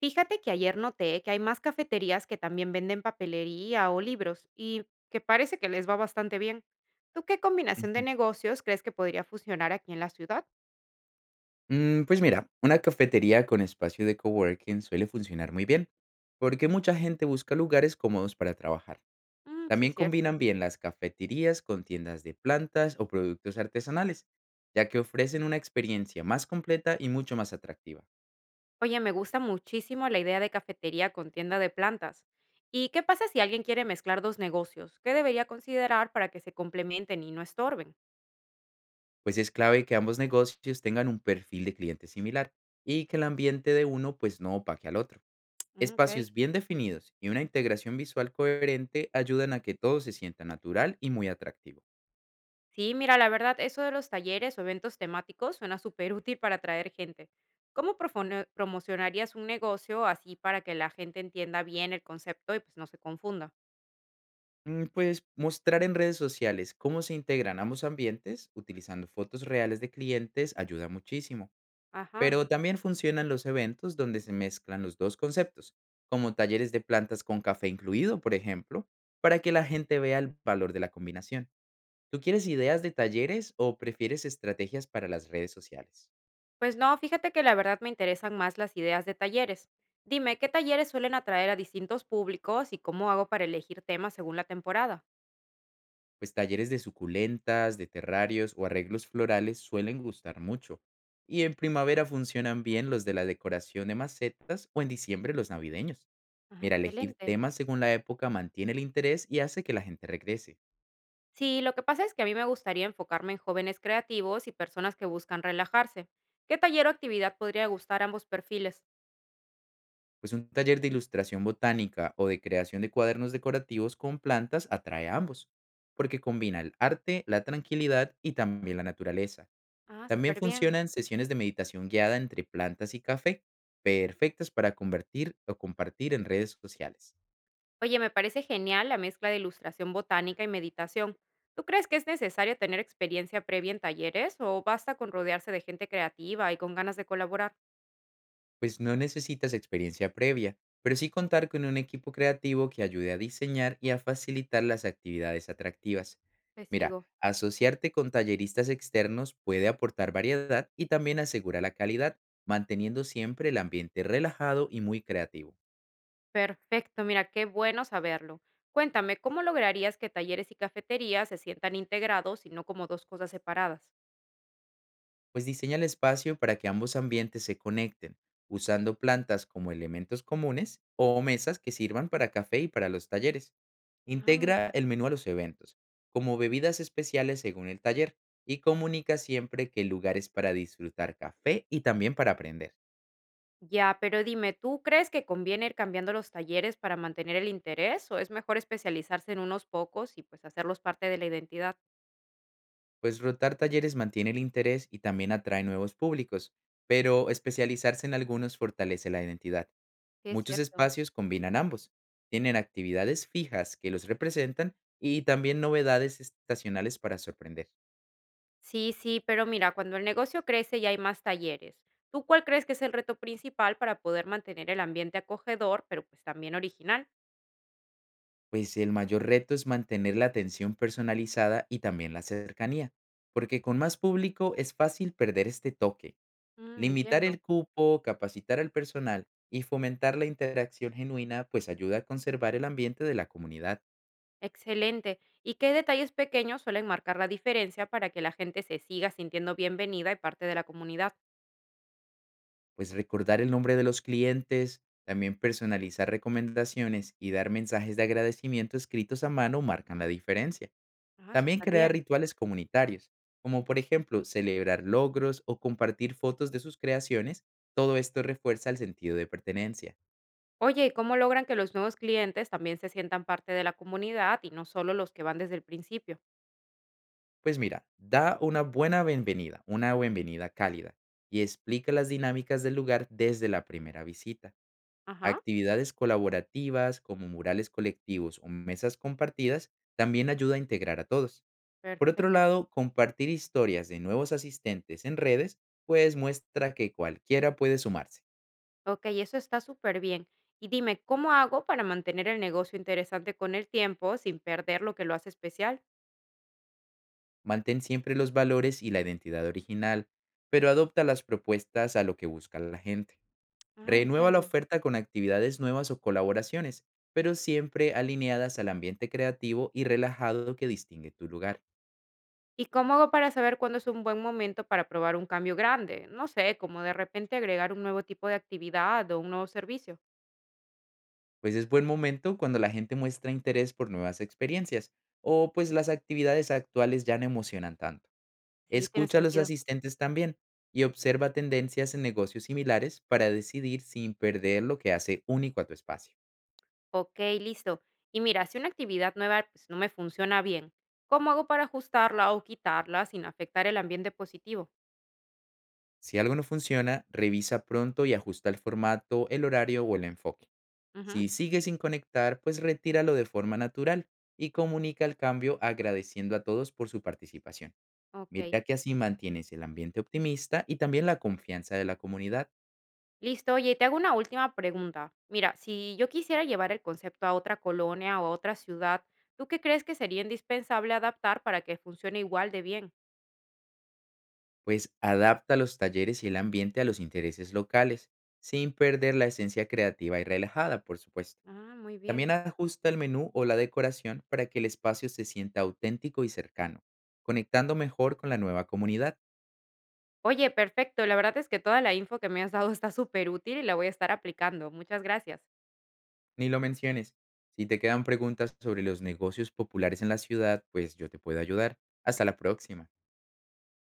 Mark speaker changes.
Speaker 1: Fíjate que ayer noté que hay más cafeterías que también venden papelería o libros y que parece que les va bastante bien. ¿Tú qué combinación de
Speaker 2: Ujú.
Speaker 1: negocios crees que podría funcionar aquí en la ciudad?
Speaker 2: Pues mira, una cafetería con espacio de coworking suele funcionar muy bien, porque mucha gente busca lugares cómodos para trabajar.
Speaker 1: Sí, es
Speaker 2: También
Speaker 1: cierto.
Speaker 2: combinan bien las cafeterías con tiendas de plantas o productos artesanales, ya que ofrecen una experiencia más completa y mucho más atractiva.
Speaker 1: Oye, me gusta muchísimo la idea de cafetería con tienda de plantas. ¿Y qué pasa si alguien quiere mezclar dos negocios? ¿Qué debería considerar para que se complementen y no estorben?
Speaker 2: Pues es clave que ambos negocios tengan un perfil de cliente similar y que el ambiente de uno pues no opaque al otro.
Speaker 1: Ujú, ok.
Speaker 2: Espacios bien definidos y una integración visual coherente ayudan a que todo se sienta natural y muy atractivo.
Speaker 1: Sí, mira, la verdad, eso de los talleres o eventos temáticos suena súper útil para atraer gente. ¿Cómo promocionarías un negocio así para que la gente entienda bien el concepto y pues no se confunda?
Speaker 2: Pues mostrar en redes sociales cómo se integran ambos ambientes utilizando fotos reales de clientes ayuda muchísimo,
Speaker 1: Ajá.
Speaker 2: pero también funcionan los eventos donde se mezclan los dos conceptos, como talleres de plantas con café incluido, por ejemplo, para que la gente vea el valor de la combinación. ¿Tú quieres ideas de talleres o prefieres estrategias para las redes sociales?
Speaker 1: Pues no, fíjate que la verdad me interesan más las ideas de talleres. Dime, ¿qué talleres suelen atraer a distintos públicos y cómo hago para elegir temas según la temporada?
Speaker 2: Pues talleres de suculentas, de terrarios o arreglos florales suelen gustar mucho. Y en primavera funcionan bien los de la decoración de macetas o en diciembre los navideños.
Speaker 1: Ah,
Speaker 2: Mira, elegir
Speaker 1: excelente.
Speaker 2: temas según la época mantiene el interés y hace que la gente regrese.
Speaker 1: Sí, lo que pasa es que a mí me gustaría enfocarme en jóvenes creativos y personas que buscan relajarse. ¿Qué taller o actividad podría gustar a ambos perfiles?
Speaker 2: Pues un taller de ilustración botánica o de creación de cuadernos decorativos con plantas atrae a ambos, porque combina el arte, la tranquilidad y también la naturaleza.
Speaker 1: Ah,
Speaker 2: También
Speaker 1: súper bien.
Speaker 2: funcionan sesiones de meditación guiada entre plantas y café, perfectas para convertir o compartir en redes sociales,
Speaker 1: Oye, me parece genial la mezcla de ilustración botánica y meditación. ¿Tú crees que es necesario tener experiencia previa en talleres o basta con rodearse de gente creativa y con ganas de colaborar?
Speaker 2: pues no necesitas experiencia previa, pero sí contar con un equipo creativo que ayude a diseñar y a facilitar las actividades atractivas.
Speaker 1: Te
Speaker 2: Mira,
Speaker 1: sigo.
Speaker 2: asociarte con talleristas externos puede aportar variedad y también asegura la calidad, manteniendo siempre el ambiente relajado y muy creativo.
Speaker 1: Perfecto, mira, qué bueno saberlo. Cuéntame, ¿cómo lograrías que talleres y cafeterías se sientan integrados y no como dos cosas separadas?
Speaker 2: Pues diseña el espacio para que ambos ambientes se conecten, usando plantas como elementos comunes o mesas que sirvan para café y para los talleres.
Speaker 1: Ah, muy.
Speaker 2: Integra el menú a los eventos, como bebidas especiales según el taller, y comunica siempre que el lugar es para disfrutar café y también para aprender.
Speaker 1: Ya, pero dime, ¿tú crees que conviene ir cambiando los talleres para mantener el interés o es mejor especializarse en unos pocos y pues hacerlos parte de la identidad?
Speaker 2: Pues rotar talleres mantiene el interés y también atrae nuevos públicos, pero especializarse en algunos fortalece la identidad.
Speaker 1: Sí, es
Speaker 2: Muchos
Speaker 1: cierto.
Speaker 2: espacios combinan ambos. Tienen actividades fijas que los representan y también novedades estacionales para sorprender.
Speaker 1: Sí, sí, pero mira, cuando el negocio crece y hay más talleres, ¿tú cuál crees que es el reto principal para poder mantener el ambiente acogedor, pero pues también original?
Speaker 2: Pues el mayor reto es mantener la atención personalizada y también la cercanía, porque con más público es fácil perder este toque. Limitar
Speaker 1: Entiendo.
Speaker 2: el cupo, capacitar al personal y fomentar la interacción genuina pues ayuda a conservar el ambiente de la comunidad.
Speaker 1: Excelente. ¿Y qué detalles pequeños suelen marcar la diferencia para que la gente se siga sintiendo bienvenida y parte de la comunidad?
Speaker 2: Pues recordar el nombre de los clientes, también personalizar recomendaciones y dar mensajes de agradecimiento escritos a mano marcan la diferencia.
Speaker 1: Ah,
Speaker 2: También
Speaker 1: súper
Speaker 2: crear
Speaker 1: bien.
Speaker 2: rituales comunitarios, como por ejemplo celebrar logros o compartir fotos de sus creaciones, todo esto refuerza el sentido de pertenencia.
Speaker 1: Oye, ¿y cómo logran que los nuevos clientes también se sientan parte de la comunidad y no solo los que van desde el principio?
Speaker 2: Pues mira, da una buena bienvenida, una bienvenida cálida, y explica las dinámicas del lugar desde la primera visita.
Speaker 1: Ajá,
Speaker 2: Actividades colaborativas como murales colectivos o mesas compartidas también ayuda a integrar a todos. Por otro
Speaker 1: perfecto.
Speaker 2: lado, compartir historias de nuevos asistentes en redes pues muestra que cualquiera puede sumarse.
Speaker 1: Ok, eso está súper bien. Y dime, ¿cómo hago para mantener el negocio interesante con el tiempo sin perder lo que lo hace especial?
Speaker 2: Mantén siempre los valores y la identidad original, pero adopta las propuestas a lo que busca la gente.
Speaker 1: Ah,
Speaker 2: Renueva la
Speaker 1: entiendo.
Speaker 2: oferta con actividades nuevas o colaboraciones, pero siempre alineadas al ambiente creativo y relajado que distingue tu lugar.
Speaker 1: ¿Y cómo hago para saber cuándo es un buen momento para probar un cambio grande? No sé, como de repente agregar un nuevo tipo de actividad o un nuevo servicio.
Speaker 2: Pues es buen momento cuando la gente muestra interés por nuevas experiencias o pues las actividades actuales ya no emocionan tanto.
Speaker 1: Sí, tiene
Speaker 2: Escucha a los
Speaker 1: sentido.
Speaker 2: asistentes también y observa tendencias en negocios similares para decidir sin perder lo que hace único a tu espacio.
Speaker 1: Ok, listo. Y mira, si una actividad nueva pues, no me funciona bien, ¿cómo hago para ajustarla o quitarla sin afectar el ambiente positivo?
Speaker 2: Si algo no funciona, revisa pronto y ajusta el formato, el horario o el enfoque.
Speaker 1: Ujú,
Speaker 2: Si sigue sin conectar, pues retíralo de forma natural y comunica el cambio agradeciendo a todos por su participación.
Speaker 1: ok.
Speaker 2: Mira que así mantienes el ambiente optimista y también la confianza de la comunidad,
Speaker 1: Listo, oye, te hago una última pregunta. Mira, si yo quisiera llevar el concepto a otra colonia o a otra ciudad, ¿tú qué crees que sería indispensable adaptar para que funcione igual de bien?
Speaker 2: pues adapta los talleres y el ambiente a los intereses locales, sin perder la esencia creativa y relajada, por supuesto.
Speaker 1: Ah, muy bien.
Speaker 2: También ajusta el menú o la decoración para que el espacio se sienta auténtico y cercano, conectando mejor con la nueva comunidad.
Speaker 1: Oye, perfecto. La verdad es que toda la info que me has dado está súper útil y la voy a estar aplicando. Muchas gracias.
Speaker 2: Ni lo menciones. Si te quedan preguntas sobre los negocios populares en la ciudad, pues yo te puedo ayudar. Hasta la próxima.